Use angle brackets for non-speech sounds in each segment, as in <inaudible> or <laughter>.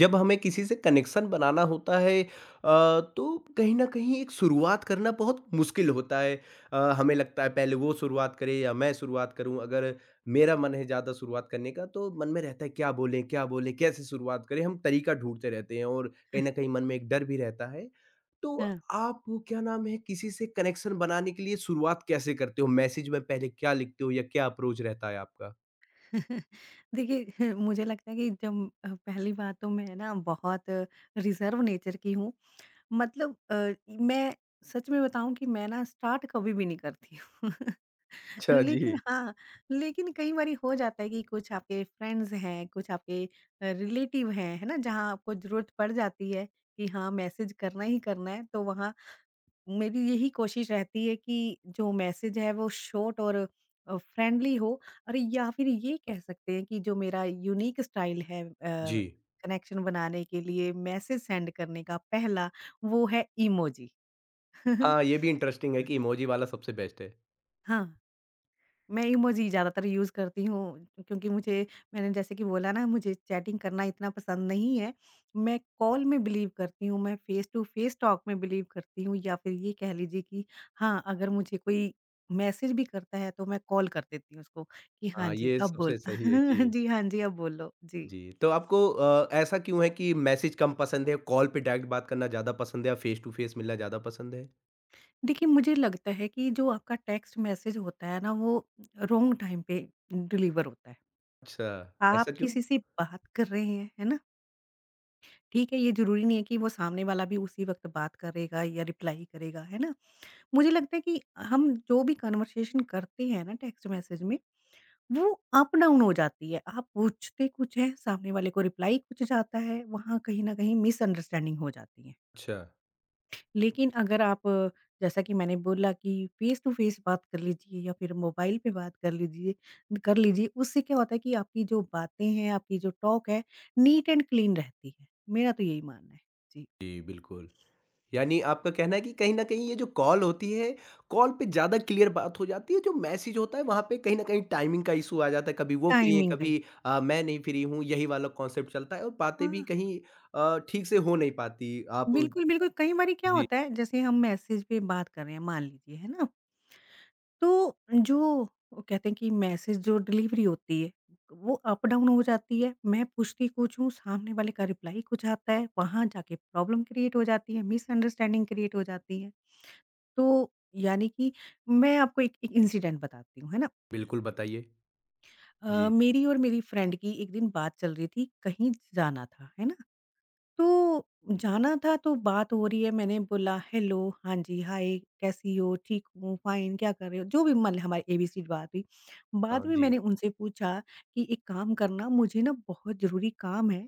जब हमें किसी से कनेक्शन बनाना होता है तो कहीं न कहीं एक शुरुआत करना बहुत मुश्किल होता है। हमें लगता है पहले वो शुरुआत करे या मैं शुरुआत करूँ। अगर मेरा मन है ज़्यादा शुरुआत करने का तो मन में रहता है क्या बोलें क्या बोलें? कैसे शुरुआत करें? हम तरीका ढूँढते रहते हैं और कहीं न कहीं मन में एक डर भी रहता है। तो हाँ। आप वो क्या नाम है किसी से कनेक्शन बनाने के लिए शुरुआत कैसे करते हो? मैसेज में पहले क्या लिखते हो या क्या अप्रोच रहता है आपका? <laughs> देखिए, <laughs> मुझे लगता है कि जब पहली बात तो मैं बहुत रिज़र्व नेचर की हूँ। मतलब मैं सच में बताऊँ कि मैं स्टार्ट कभी भी नहीं करती हूँ। <laughs> अच्छा, जी। लेकिन हाँ, लेकिन कई बारी हो जाता है कि कुछ आपके फ्रेंड्स हैं, कुछ आपके रिलेटिव हैं, है ना? जहाँ आपको ज़रूरत पड़ जाती है कि हाँ, मैसेज करना ही करना है, तो वहाँ मेरी यही कोशिश रहती है कि जो मैसेज है वो शॉर्ट और फ्रेंडली हो। अरे, या फिर ये कह सकते हैं कि जो मेरा यूनिक स्टाइल है, जी। कनेक्शन बनाने के लिए मैसेज सेंड करने का पहला वो है इमोजी। <laughs> हाँ, ये भी इंटरेस्टिंग है कि इमोजी वाला सबसे बेस्ट है। हाँ, मैं इमोजी ज़्यादातर यूज़ करती हूँ, क्योंकि मुझे मैंने जैसे कि बोला ना, मुझे चैटिंग करना इतना पसंद नहीं है। मैं कॉल में बिलीव करती हूँ, मैं फ़ेस टू फ़ेस टॉक में बिलीव करती हूँ, या फिर ये कह लीजिए कि हाँ, अगर मुझे कोई मैसेज भी करता है तो मैं कॉल कर देती हूँ उसको कि हाँ हाँ, जी, ये अब बोल। सबसे <laughs> सही है। जी, जी, हाँ जी, अब बोलो। जी। जी। तो आपको ऐसा क्यों है कि मैसेज कम पसंद है, कॉल पे डायरेक्ट बात करना ज़्यादा पसंद है या फेस टू फेस मिलना ज़्यादा पसंद है? देखिए, मुझे लगता है कि जो आपका टेक्स्ट मैसेज होता है ना, वो रॉन्ग टाइम पे डिलीवर होता है। अच्छा, ऐसा आप क्यों? किसी से बात कर रहे हैं, है ना? ठीक है, ये ज़रूरी नहीं है कि वो सामने वाला भी उसी वक़्त बात करेगा या रिप्लाई करेगा, है ना? मुझे लगता है कि हम जो भी कन्वर्सेशन करते हैं ना टेक्स्ट मैसेज में, वो अप डाउन हो जाती है। आप पूछते कुछ हैं, सामने वाले को रिप्लाई कुछ जाता है, वहाँ कहीं न कहीं मिसअंडरस्टैंडिंग हो जाती है। अच्छा, लेकिन अगर आप जैसा कि मैंने बोला कि फेस टू फेस बात कर लीजिए या फिर मोबाइल पे बात कर लीजिए, उससे क्या होता है कि आपकी जो बातें हैं, आपकी जो टॉक है, नीट एंड क्लीन रहती है। मेरा तो यही मानना है। जी। जी बिल्कुल। यानी आपका कहना है कि कहीं न कहीं ये जो कॉल होती है, कॉल पे ज़्यादा क्लियर बात हो जाती है, जो मैसेज होता है वहाँ पे कहीं न कहीं टाइमिंग का इश्यू आ जाता है, कभी वो फ्री हैं, टाइमिंग का इशू। कभी मैं नहीं फ्री हूँ, यही वाला कॉन्सेप्ट चलता है और बातें भी हाँ, कहीं ठीक से हो नहीं पाती। आप बिल्कुल, बिल्कुल। कई बारी क्या जी, होता है, जैसे हम मैसेज पे बात कर रहे हैं मान लीजिए, है ना? तो जो वो कहते हैं कि मैसेज जो डिलीवरी होती है, वो अप डाउन हो जाती है। मैं पूछती कुछ हूँ, सामने वाले का रिप्लाई कुछ आता है, वहाँ जाके प्रॉब्लम क्रिएट हो जाती है, मिसअंडरस्टैंडिंग क्रिएट हो जाती है। तो यानी कि मैं आपको एक एक इंसिडेंट बताती हूँ, है ना? बिल्कुल बताइए? जी, मेरी और मेरी फ्रेंड की एक दिन बात चल रही थी, कहीं जाना था, है ना? तो जाना था, तो बात हो रही है, मैंने बोला हेलो, हाँ जी हाय कैसी हो, ठीक हूँ फाइन, क्या कर रहे हो, जो भी मतलब हमारी एबीसी बात हुई। बाद हाँ में जी। मैंने उनसे पूछा कि एक काम करना, मुझे ना बहुत ज़रूरी काम है,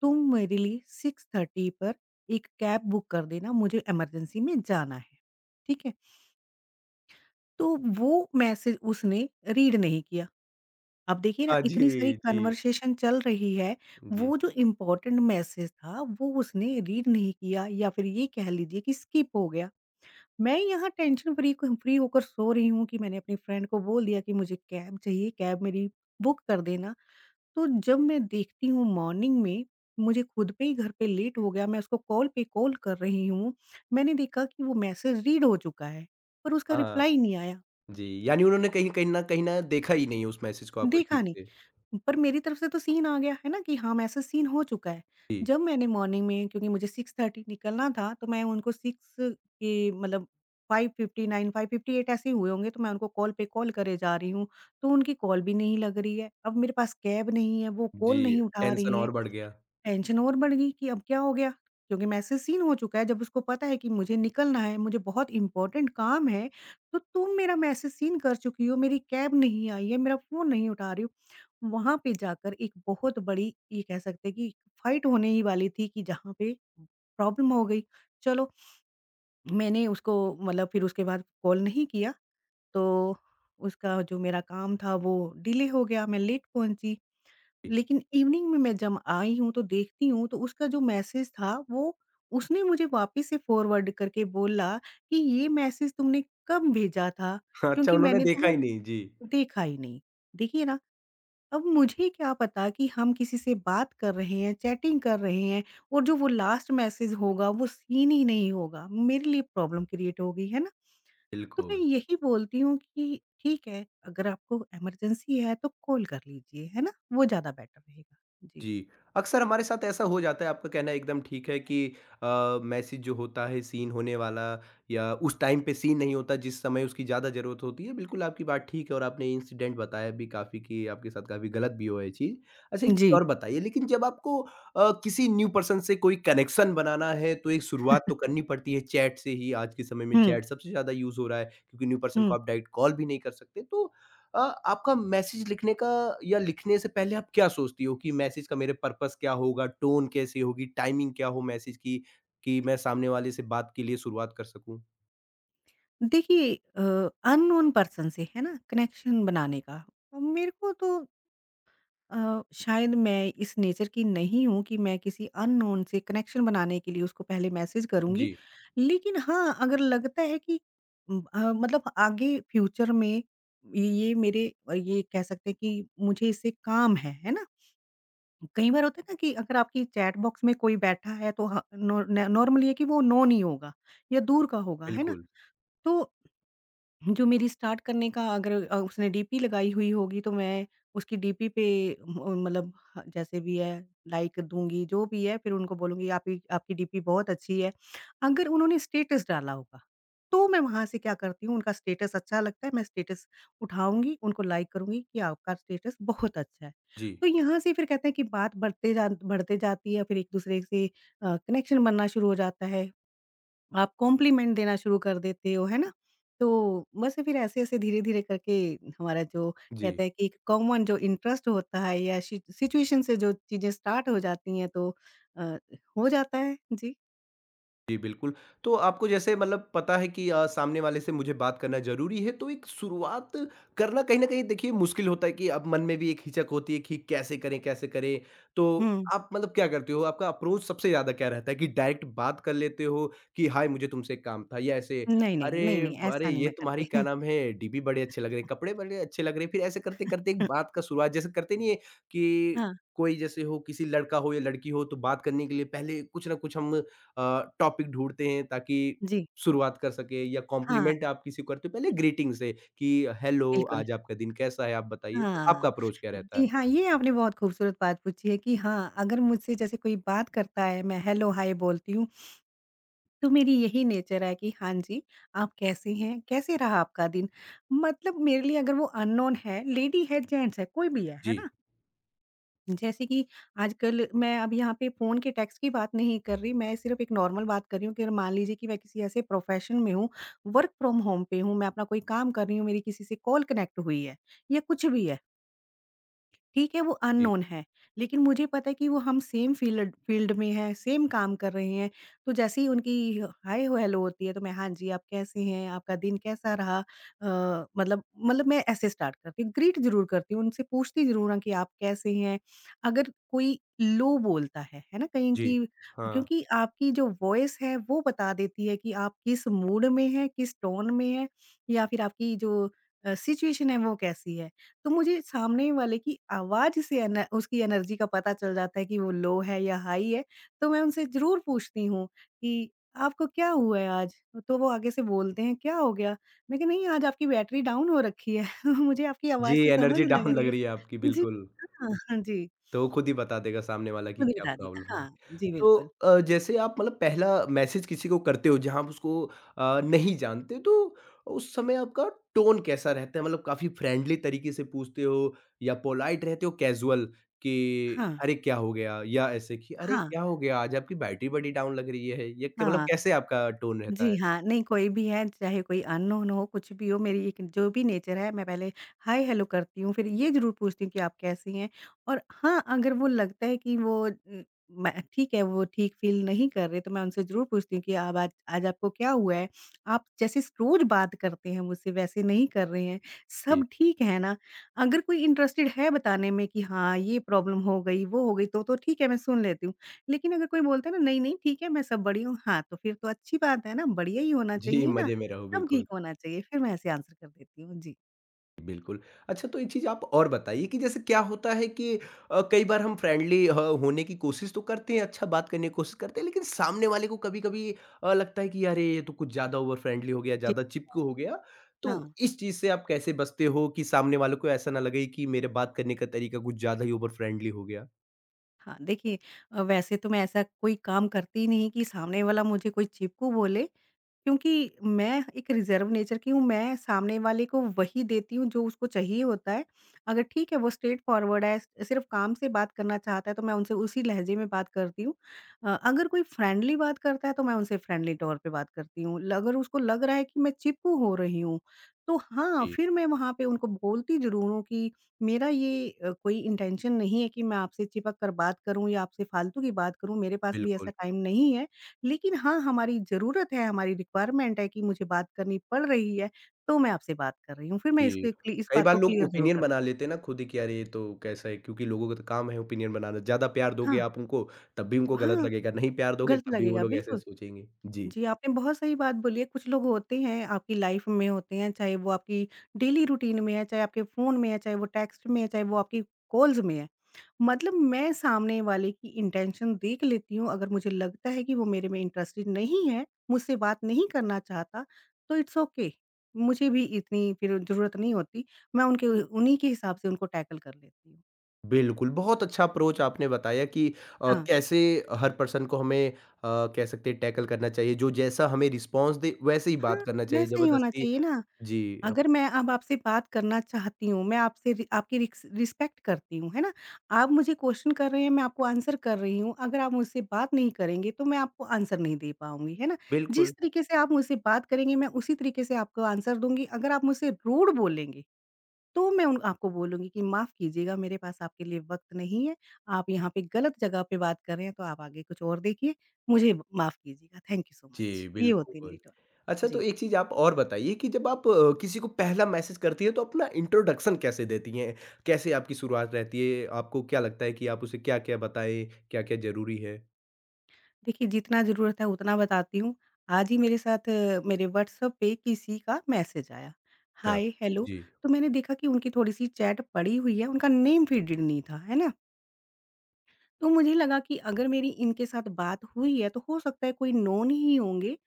तुम मेरे लिए 6:30 पर एक कैब बुक कर देना, मुझे इमरजेंसी में जाना है, ठीक है? तो वो मैसेज उसने रीड नहीं किया। अब देखिए ना, हाँ इतनी सारी जी, जी, कन्वर्सेशन चल रही है, जी। वो जो इम्पोर्टेंट मैसेज था वो उसने रीड नहीं किया, या फिर ये कह लीजिए कि स्किप हो गया। मैं यहाँ टेंशन फ्री को फ्री होकर सो रही हूँ कि मैंने अपनी फ्रेंड को बोल दिया कि मुझे कैब चाहिए, कैब मेरी बुक कर देना। तो जब मैं देखती हूँ मॉर्निंग में मुझे खुद पे ही घर पे लेट हो गया, मैं उसको कॉल पे कॉल कर रही हूँ। मैंने देखा कि वो मैसेज रीड हो चुका है, पर उसका हाँ, रिप्लाई नहीं आया, जी, यानी उन्होंने कहीं कहीं न देखा ही नहीं उस मैसेज को आपके देखा ठीक से। नहीं। पर मेरी तरफ से तो सीन आ गया है ना कि हाँ, मैसेज सीन हो चुका है। जी, जब मैंने मॉर्निंग में, क्योंकि मुझे 6:30 निकलना था, तो मैं उनको 6 के मतलब 5:59, 5:58 ऐसे ही हुए होंगे, तो मैं उनको कॉल पे कॉल करे जा रही हूँ, तो उनकी कॉल भी नहीं लग रही है। अब मेरे पास कैब नहीं है, वो कॉल जी, नहीं उठा टेंशन रही हैं। और बढ़ गया। टेंशन और बढ़ गई कि अब क्या हो गया? क्योंकि मैसेज सीन हो चुका है, जब उसको पता है कि मुझे निकलना है, मुझे बहुत इम्पोर्टेंट काम है, तो तुम मेरा मैसेज सीन कर चुकी हो, मेरी कैब नहीं आई है, मेरा फ़ोन नहीं उठा रही हो। वहाँ पे जाकर एक बहुत बड़ी ये कह सकते हैं कि फाइट होने ही वाली थी कि जहाँ पे प्रॉब्लम हो गई। चलो, मैंने उसको मतलब फिर उसके बाद कॉल नहीं किया, तो उसका जो मेरा काम था वो डिले हो गया, मैं लेट पहुँची। जी, लेकिन इवनिंग में मैं जब आई हूँ तो देखती हूँ, तो उसका जो मैसेज था वो उसने मुझे वापस से फॉरवर्ड करके बोला कि ये मैसेज तुमने कब भेजा था? <laughs> अच्छा क्योंकि उन्होंने मैंने तो देखा ही वो नहीं। जी, देखा ही नहीं। देखिए ना, अब मुझे क्या पता कि हम किसी से बात कर रहे हैं, चैटिंग कर रहे हैं और जो वो लास्ट मैसेज होगा वो सीन ही नहीं होगा। मेरे लिए प्रॉब्लम क्रिएट हो गई, है ना? तो मैं बिल्कुल। यही बोलती हूँ कि ठीक है, अगर आपको इमरजेंसी है तो कॉल कर लीजिए, है ना? वो ज़्यादा बेटर रहेगा। जी। जी, अक्सर हमारे साथ ऐसा हो जाता है, आपका कहना एकदम ठीक है कि मैसेज जो होता है सीन होने वाला या उस टाइम पे सीन नहीं होता जिस समय उसकी ज़्यादा ज़रूरत होती है, बिल्कुल आपकी बात ठीक है और आपने इंसिडेंट बताया भी काफ़ी कि आपके साथ काफ़ी गलत भी हुआ ये चीज़। अच्छा एक चीज़ जी। और बताइए लेकिन जब आपको किसी न्यू पर्सन से कोई कनेक्शन बनाना है तो एक शुरुआत तो करनी पड़ती है चैट से ही, आज के समय में हुँ, चैट सबसे ज़्यादा यूज़ हो रहा है क्योंकि न्यू पर्सन को हुँ। आप डायरेक्ट कॉल भी नहीं कर सकते। तो अ, आपका मैसेज लिखने का या लिखने से पहले आप क्या सोचती हो कि मैसेज का मेरे पर्पस क्या होगा, टोन कैसी होगी, टाइमिंग क्या हो मैसेज की, कि मैं सामने वाले से बात के लिए शुरुआत कर सकूँ? देखिए, अननोन पर्सन से, है ना, कनेक्शन बनाने का, अब मेरे को तो शायद मैं इस नेचर की नहीं हूँ कि मैं किसी अननोन से कनेक्शन बनाने के लिए उसको पहले मैसेज करूँगी। जी, लेकिन हाँ, अगर लगता है कि मतलब आगे फ्यूचर में ये मेरे ये कह सकते हैं कि मुझे इससे काम है ना? कई बार होता है ना कि अगर आपकी चैट बॉक्स में कोई बैठा है तो ह नॉ न नॉर्मली है कि वो नोन ही होगा या दूर का होगा, है ना? बिल्कुल। तो जो मेरी स्टार्ट करने का, अगर उसने डीपी लगाई हुई होगी तो मैं उसकी डीपी पे म मतलब ह जैसे भी है, लाइक दूँगी, जो भी है, फिर उनको बोलूँगी आपकी आपकी डीपी बहुत अच्छी है। अगर उन्होंने स्टेटस डाला होगा, तो मैं वहाँ से क्या करती हूँ, उनका स्टेटस अच्छा लगता है, मैं स्टेटस उठाऊँगी, उनको लाइक करूँगी कि आपका स्टेटस बहुत अच्छा है। जी, तो यहाँ से फिर कहते हैं कि बात बढ़ते जाती है, फिर एक-दूसरे से कनेक्शन बनना शुरू हो जाता है। आप कॉम्प्लीमेंट देना शुरू कर देते हो, है ना? तो बस फिर ऐसे-ऐसे धीरे-धीरे करके हमारा जो जी। कहते हैं कि एक कॉमन जो इंटरेस्ट होता है या सि सिचुएशन से जो चीज़ें स्टार्ट हो जाती हैं, तो अ, हो जाता है। जी। जी, बिल्कुल। तो आपको जैसे मतलब पता है कि सामने वाले से मुझे बात करना ज़रूरी है, तो एक शुरुआत करना कहीं न कहीं देखिए मुश्किल होता है कि अब मन में भी एक हिचक होती है कि कैसे करें, कैसे करें? तो हुँ। आप मतलब क्या करते हो? आपका अप्रोच सबसे ज़्यादा क्या रहता है कि डायरेक्ट बात कर लेते हो कि, "हाय, मुझे तुमसे एक काम था" या ऐसे, नहीं, नहीं, नहीं, "अरे नहीं, अरे! ऐसा नहीं ये मैं तुम्हारी करती। क्या <laughs> नाम है, डीबी बड़े अच्छे लग रहे हैं, कपड़े बड़े अच्छे लग रहे हैं।" फिर ऐसे करते-करते एक हम्म, बात का शुरुआत जैसे करते नहीं है कि हाँ, कोई जैसे हो, किसी लड़का हो या लड़की हो, तो बात करने के लिए पहले कुछ न कुछ हम अ, टॉपिक ढूँढते हैं ताकि जी। शुरुआत कर सकें या हाँ, कॉम्प्लीमेंट आप किसी को करते हो पहले ग्रीटिंग से कि हेलो, बिल्कुल। आज आपका दिन कैसा है आप बताइए? तो आपका हाँ। अप्रोच क्या रहता जी है? हाँ, ये आपने बहुत खूबसूरत बात पूछी है कि हाँ, अगर मुझसे जैसे कोई बात करता है, मैं हेलो, हाय बोलती हूँ। तो मेरी यही नेचर है कि हाँ जी, आप कैसी हैं? कैसे रहा आपका दिन? मतलब मेरे लिए अगर वो अननोन है, लेडी है, जेंट्स है, कोई भी है जी, ना? जैसे कि आजकल, मैं अब यहाँ पे फ़ोन के टैक्स की बात नहीं कर रही, मैं सिर्फ़ एक नॉर्मल बात कर रही हूँ कि अगर मान लीजिए कि मैं किसी ऐसे प्रोफ़ेशन में हूँ, वर्क फ्रॉम होम पे हूँ, मैं अपना कोई काम कर रही हूँ, मेरी किसी से कॉल कनेक्ट हुई है या कुछ भी है। ठीक है, वो जी, अननोन है, लेकिन मुझे पता है कि वो हम सेम फ़ील्ड फ़ील्ड में हैं, सेम काम कर रहे हैं। तो जैसे ही उनकी हाय हो हेलो होती है तो मैं हाँ जी, आप कैसे हैं? आपका दिन कैसा रहा? मतलब मैं ऐसे स्टार्ट करती हूँ, ग्रीट ज़रूर करती हूँ, उनसे पूछती ज़रूर हूँ कि आप कैसे हैं? अगर कोई लो बोलता है ना? कहीं जी। कि हाँ। क्योंकि आपकी जो वॉइस है वो बता देती है कि आप किस मूड में हैं, किस टोन में हैं, या फिर आपकी जो सिचुएशन है वो कैसी है। तो मुझे सामने वाले की आवाज़ से एन उसकी एनर्जी का पता चल जाता है कि वो लो है या हाई है, तो मैं उनसे ज़रूर पूछती हूँ कि आपको क्या हुआ है आज? तो वो आगे से बोलते हैं क्या हो गया? मैं कहा नहीं, आज आपकी बैटरी डाउन हो रखी है, <laughs> मुझे आपकी जी, आवाज़ से समझ एनर्जी लग डाउन <laughs> रही लग है। रही है आपकी जी, बिल्कुल। हाँ, हाँ जी, तो वो खुद ही बता देगा सामने वाला कि खुद ही क्या बता देगा, प्रॉब्लम है। हाँ, जी तो बिल्कुल। जैसे आप मतलब पहला मैसेज किसी को करते हो जहाँ आप उसको नहीं जानते तो उस समय आपका टोन कैसा रहता है? मतलब काफ़ी फ्रेंडली तरीके से पूछते हो या पोलाइट रहते हो कैज़ुअल कि हाँ, अरे क्या हो गया? या ऐसे कि अरे हाँ, क्या हो गया? आज आपकी बैटरी बड़ी डाउन लग रही है। ये क मतलब हाँ। कैसे आपका टोन रहता है? जी हाँ, नहीं, कोई भी है, चाहे कोई अननोन हो, कुछ भी हो, मेरी एक जो भी नेचर है, मैं पहले हाय हेलो करती हूँ, फिर ये ज़रूर पूछती हूँ कि आप कैसी हैं? और हाँ, अगर वो लगता है कि वो मैं ठीक है, वो ठीक फ़ील नहीं कर रहे, तो मैं उनसे ज़रूर पूछती हूँ कि अब आज आज आपको क्या हुआ है? आप जैसे स रोज़ बात करते हैं मुझसे, वैसे नहीं कर रहे हैं, जी, सब ठीक है ना? अगर कोई इंटरेस्टेड है बताने में कि हाँ, ये प्रॉब्लम हो गई, वो हो गई, तो ठीक है, मैं सुन लेती हूँ। लेकिन अगर कोई बोलता है ना नहीं-नहीं ठीक है मैं सब बड़ी हूँ, हाँ, तो फिर तो अच्छी बात है ना, बढ़िया ही होना जी चाहिए ना, मज़े में रहो, सब बिल्कुल। ठीक होना चाहिए, फिर मैं ऐसे आंसर कर देती हूँ। जी। बिल्कुल। अच्छा तो एक चीज़ आप और बताइए कि जैसे क्या होता है कि कई बार हम फ्रेंडली ह होने की कोशिश तो करते हैं, अच्छा बात करने की कोशिश करते हैं, लेकिन सामने वाले को कभी-कभी लगता है कि अरे! ये तो कुछ ज़्यादा ओवर फ्रेंडली हो गया, जी। ज़्यादा चिपकू हो गया। तो हाँ, इस चीज़ से आप कैसे बचते हो कि सामने वालों को ऐसा ना लगे कि मेरे बात करने का तरीका कुछ ज़्यादा ही ओवर फ्रेंडली हो गया? हाँ, देखिए वैसे तो मैं ऐसा कोई काम करती ही नहीं कि सामने वाला मुझे कोई चिपकू बोले। क्योंकि मैं एक रिज़र्व नेचर की हूँ, मैं सामने वाले को वही देती हूँ जो उसको चाहिए होता है। अगर ठीक है वो स्ट्रेट फॉरवर्ड है, सिर्फ़ काम से बात करना चाहता है तो मैं उनसे उसी लहजे में बात करती हूँ। अगर कोई फ्रेंडली बात करता है तो मैं उनसे फ्रेंडली तौर पे बात करती हूँ। ल अगर उसको लग रहा है कि मैं चिपकू हो रही हूँ, तो हाँ, जी। फिर मैं वहाँ पे उनको बोलती ज़रूर हूँ कि मेरा ये कोई इंटेंशन नहीं है कि मैं आपसे चिपक कर बात करूँ या आपसे फ़ालतू की बात करूँ, मेरे पास भी बिल्कुल। ऐसा टाइम नहीं है। लेकिन हाँ, हमारी ज़रूरत है, हमारी रिक्वायरमेंट है कि मुझे बात करनी पड़ रही है, तो मैं आपसे बात कर रही हूँ। फिर मैं जी, इसके क्लि इस कई बात बार को लोग क्लियर ज़रूर ओपिनियन कर दूँ। बना लेते हैं ना खुद ही कि अरे ये तो कैसा है क्योंकि लोगों का तो काम है ओपिनियन बनाना, ज़्यादा प्यार दोगे हाँ, आप उनको तब भी उनको गलत हाँ, लगेगा, नहीं प्यार दोगे गलत तब भी वो लगेगा, लोग ऐसे बिल्कुल। सोचेंगे। जी, जी, आपने बहुत सही बात बोली है। कुछ लोग होते हैं आपकी लाइफ़ में होते हैं, चाहे वो आपकी डेली रूटीन में है, चाहे आपके फ़ोन में है, चाहे वो टेक्स्ट में है, चाहे वो आपकी कॉल्स में है। मतलब मैं सामने वाले की इंटेंशन देख लेती हूँ, अगर मुझे लगता है कि वो मेरे में इंटरेस्टेड नहीं है, मुझसे बात नहीं करना चाहता, तो इट्स ओके। मुझे भी इतनी फिर ज़रूरत नहीं होती, मैं उनके उन्हीं के हिसाब से उनको टैकल कर लेती हूँ। बिल्कुल, बहुत अच्छा अप्रोच आपने बताया कि हाँ, कैसे हर पर्सन को हमें कह सकते हैं टैकल करना चाहिए, जो जैसा हमें रिस्पॉन्स दे वैसे ही बात हाँ, करना चाहिए, वैसा ही होना ज़बरदस्ती चाहिए ना। जी, अगर मैं अब आपसे बात करना चाहती हूँ, मैं आपसे रि आपकी रिक्स रिस्पेक्ट करती हूँ, है ना? आप मुझे क्वेश्चन कर रहे हैं, मैं आपको आंसर कर रही हूँ। अगर आप मुझसे बात नहीं करेंगे, तो मैं आपको आंसर नहीं दे पाऊँगी, है ना? जिस बिल्कुल। तरीके से आप मुझसे बात करेंगे, मैं उसी तरीके से आपको आंसर दूँगी। अगर आप मुझसे रूड बोलेंगे, तो मैं उन आपको बोलूँगी कि माफ़ कीजिएगा, मेरे पास आपके लिए वक़्त नहीं है। आप यहाँ पे गलत जगह पे बात कर रहे हैं, तो आप आगे कुछ और देखिए। मुझे माफ़ कीजिएगा। थैंक यू सो जी, मच। ये होती है मेरी बिल्कुल। टोन। अच्छा तो जी। एक चीज़ आप और बताइए कि जब आप किसी को पहला मैसेज करती हैं तो अपना इंट्रोडक्शन कैसे देती हैं? कैसे आपकी शुरुआत रहती है? आपको क्या लगता है कि आप उसे क्या-क्या बताएँ? क्या-क्या ज़रूरी है? देखिए, जितना ज़रूरत है उतना बताती हूँ। आज ही मेरे साथ मेरे व्हाट्सएप पे किसी का मैसेज आया, अच्छा, हाय, हेलो। जी। तो मैंने देखा कि उनकी थोड़ी-सी चैट पड़ी हुई है, उनका नेम फ़ील्डेड नहीं था, है ना? तो मुझे लगा कि अगर मेरी इनके साथ बात हुई है, तो हो सकता है कोई नोन ही होंगे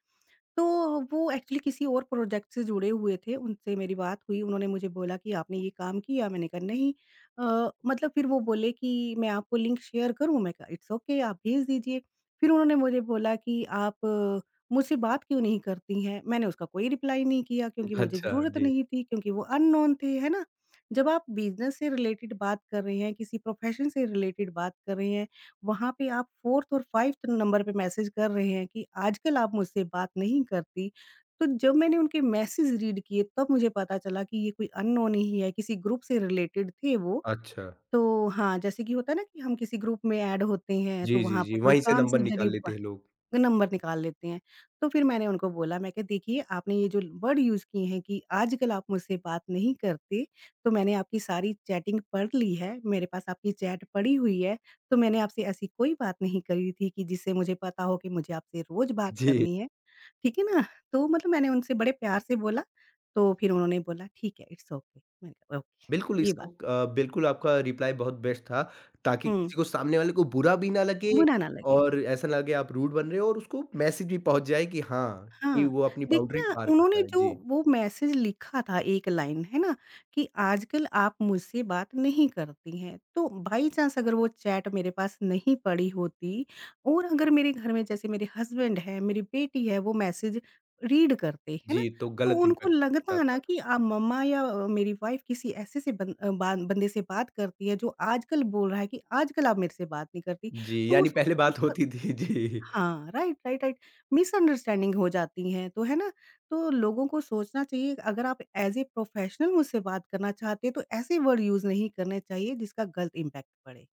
तो वो एक्चुअली किसी और प्रोजेक्ट से जुड़े हुए थे, उनसे मेरी बात हुई, उन्होंने मुझे बोला कि आपने ये काम किया? मैंने कहा नहीं मतलब फिर वो बोले कि मैं आपको लिंक शेयर करूँ? मैं कहा इट्स ओके आप भेज दीजिए। फिर उन्होंने मुझे बोला कि आप मुझसे बात क्यों नहीं करती हैं? मैंने उसका कोई रिप्लाई नहीं किया क्योंकि मुझे अच्छा, ज़रूरत जी। नहीं थी, क्योंकि वो अननोन थे, है ना? जब आप बिज़नेस से रिलेटेड बात कर रहे हैं, किसी प्रोफ़ेशन से रिलेटेड बात कर रहे हैं वहाँ पे आप 4th और 5th नंबर पे मैसेज कर रहे हैं कि आजकल आप मुझसे बात नहीं करती। तो जब मैंने उनके मैसेज रीड किए तब मुझे पता चला कि ये कोई अननोन ही है, किसी ग्रुप से रिलेटेड थे वो। अच्छा। तो हाँ, जैसे कि होता है ना कि हम किसी ग्रुप में ऐड होते हैं तो जी, जी, वहाँ जी, पे कोई वहीं से काम नंबर से <laughs> निकाल जरिए लेते हैं लोग। नंबर निकाल लेते हैं। तो फिर मैंने उनको बोला मैं कहा देखिए आपने ये जो वर्ड यूज़ किए हैं कि आजकल आप मुझसे बात नहीं करते, तो मैंने आपकी सारी चैटिंग पढ़ ली है, मेरे पास आपकी चैट पड़ी हुई है, तो मैंने आपसे ऐसी कोई बात नहीं करी थी कि जिससे मुझे पता हो कि मुझे आपसे रोज़ बात जी, करनी है, ठीक है ना? तो मतलब मैंने उनसे बड़े प्यार से बोला, तो फिर उन्होंने बोला ठीक है इट्स ओके मैंने कहा बिल्कुल ओके ये इसको बात बिल्कुल आपका रिप्लाई बहुत बेस्ट था ताकि हुँ, किसी को सामने वाले को बुरा भी ना लगे बुरा ना लगे। और ऐसा ना लगे आप रूड बन रहे हो और उसको मैसेज भी पहुँच जाए कि हाँ, कि हाँ, वो अपनी देखिए बाउंड्री जी। ना पार कर उन्होंने रहा है। जो जी। वो मैसेज लिखा था एक लाइन, है ना? कि आजकल आप मुझसे बात नहीं करती हैं, तो बाई चांस अगर वो चैट मेरे पास नहीं पड़ी होती और अगर मेरे घर में जैसे मेरे हस्बैंड हैं, मेरी बेटी है, वो मैसेज रीड करते, है ना? जी, तो तो गलत उनको इम्पैक्ट पड़ सकता लगता ना था। कि मम्मा या मेरी वाइफ़ किसी ऐसे से बन अ, बा बंदे से बात करती है जो आजकल बोल रहा है कि आजकल आप मेरे से बात नहीं करती। जी, तो यानी पहले बात उस होती थी। <laughs> जी, हाँ, राइट, राइट, राइट। मिसअंडरस्टैंडिंग हो जाती हैं, तो है ना? तो लोगों को सोचना चाहिए अगर आप एज़ ए प्रोफ़ेशनल मुझसे बात करना चाहते हैं, तो ऐसे वर्ड यूज़ नहीं करने चाहिए जिसका गलत इम्पैक्ट पड़े।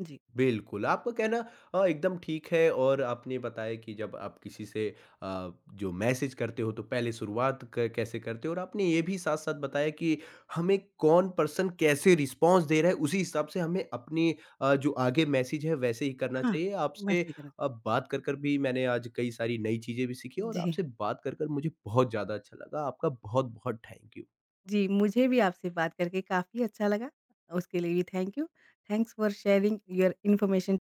जी। बिल्कुल, आपका कहना एकदम ठीक है और आपने बताया कि जब आप किसी से जो मैसेज करते हो तो पहले शुरुआत क कैसे करते हो और आपने ये भी साथ-साथ बताया कि हमें कौन पर्सन कैसे रिस्पॉन्स दे रहा है, उसी हिसाब से हमें अपनी जो आगे मैसेज है वैसे ही करना हाँ, चाहिए। आपसे वैसे करना बात कर कर भी मैंने आज कई सारी नई चीज़ें भी सीखी और जी। आपसे बात कर कर मुझे बहुत ज़्यादा अच्छा लगा। आपका बहुत-बहुत थैंक यू। जी, मुझे भी आपसे बात करके काफ़ी अच्छा लगा। उसके लिए भी thank you. Thanks for sharing your information.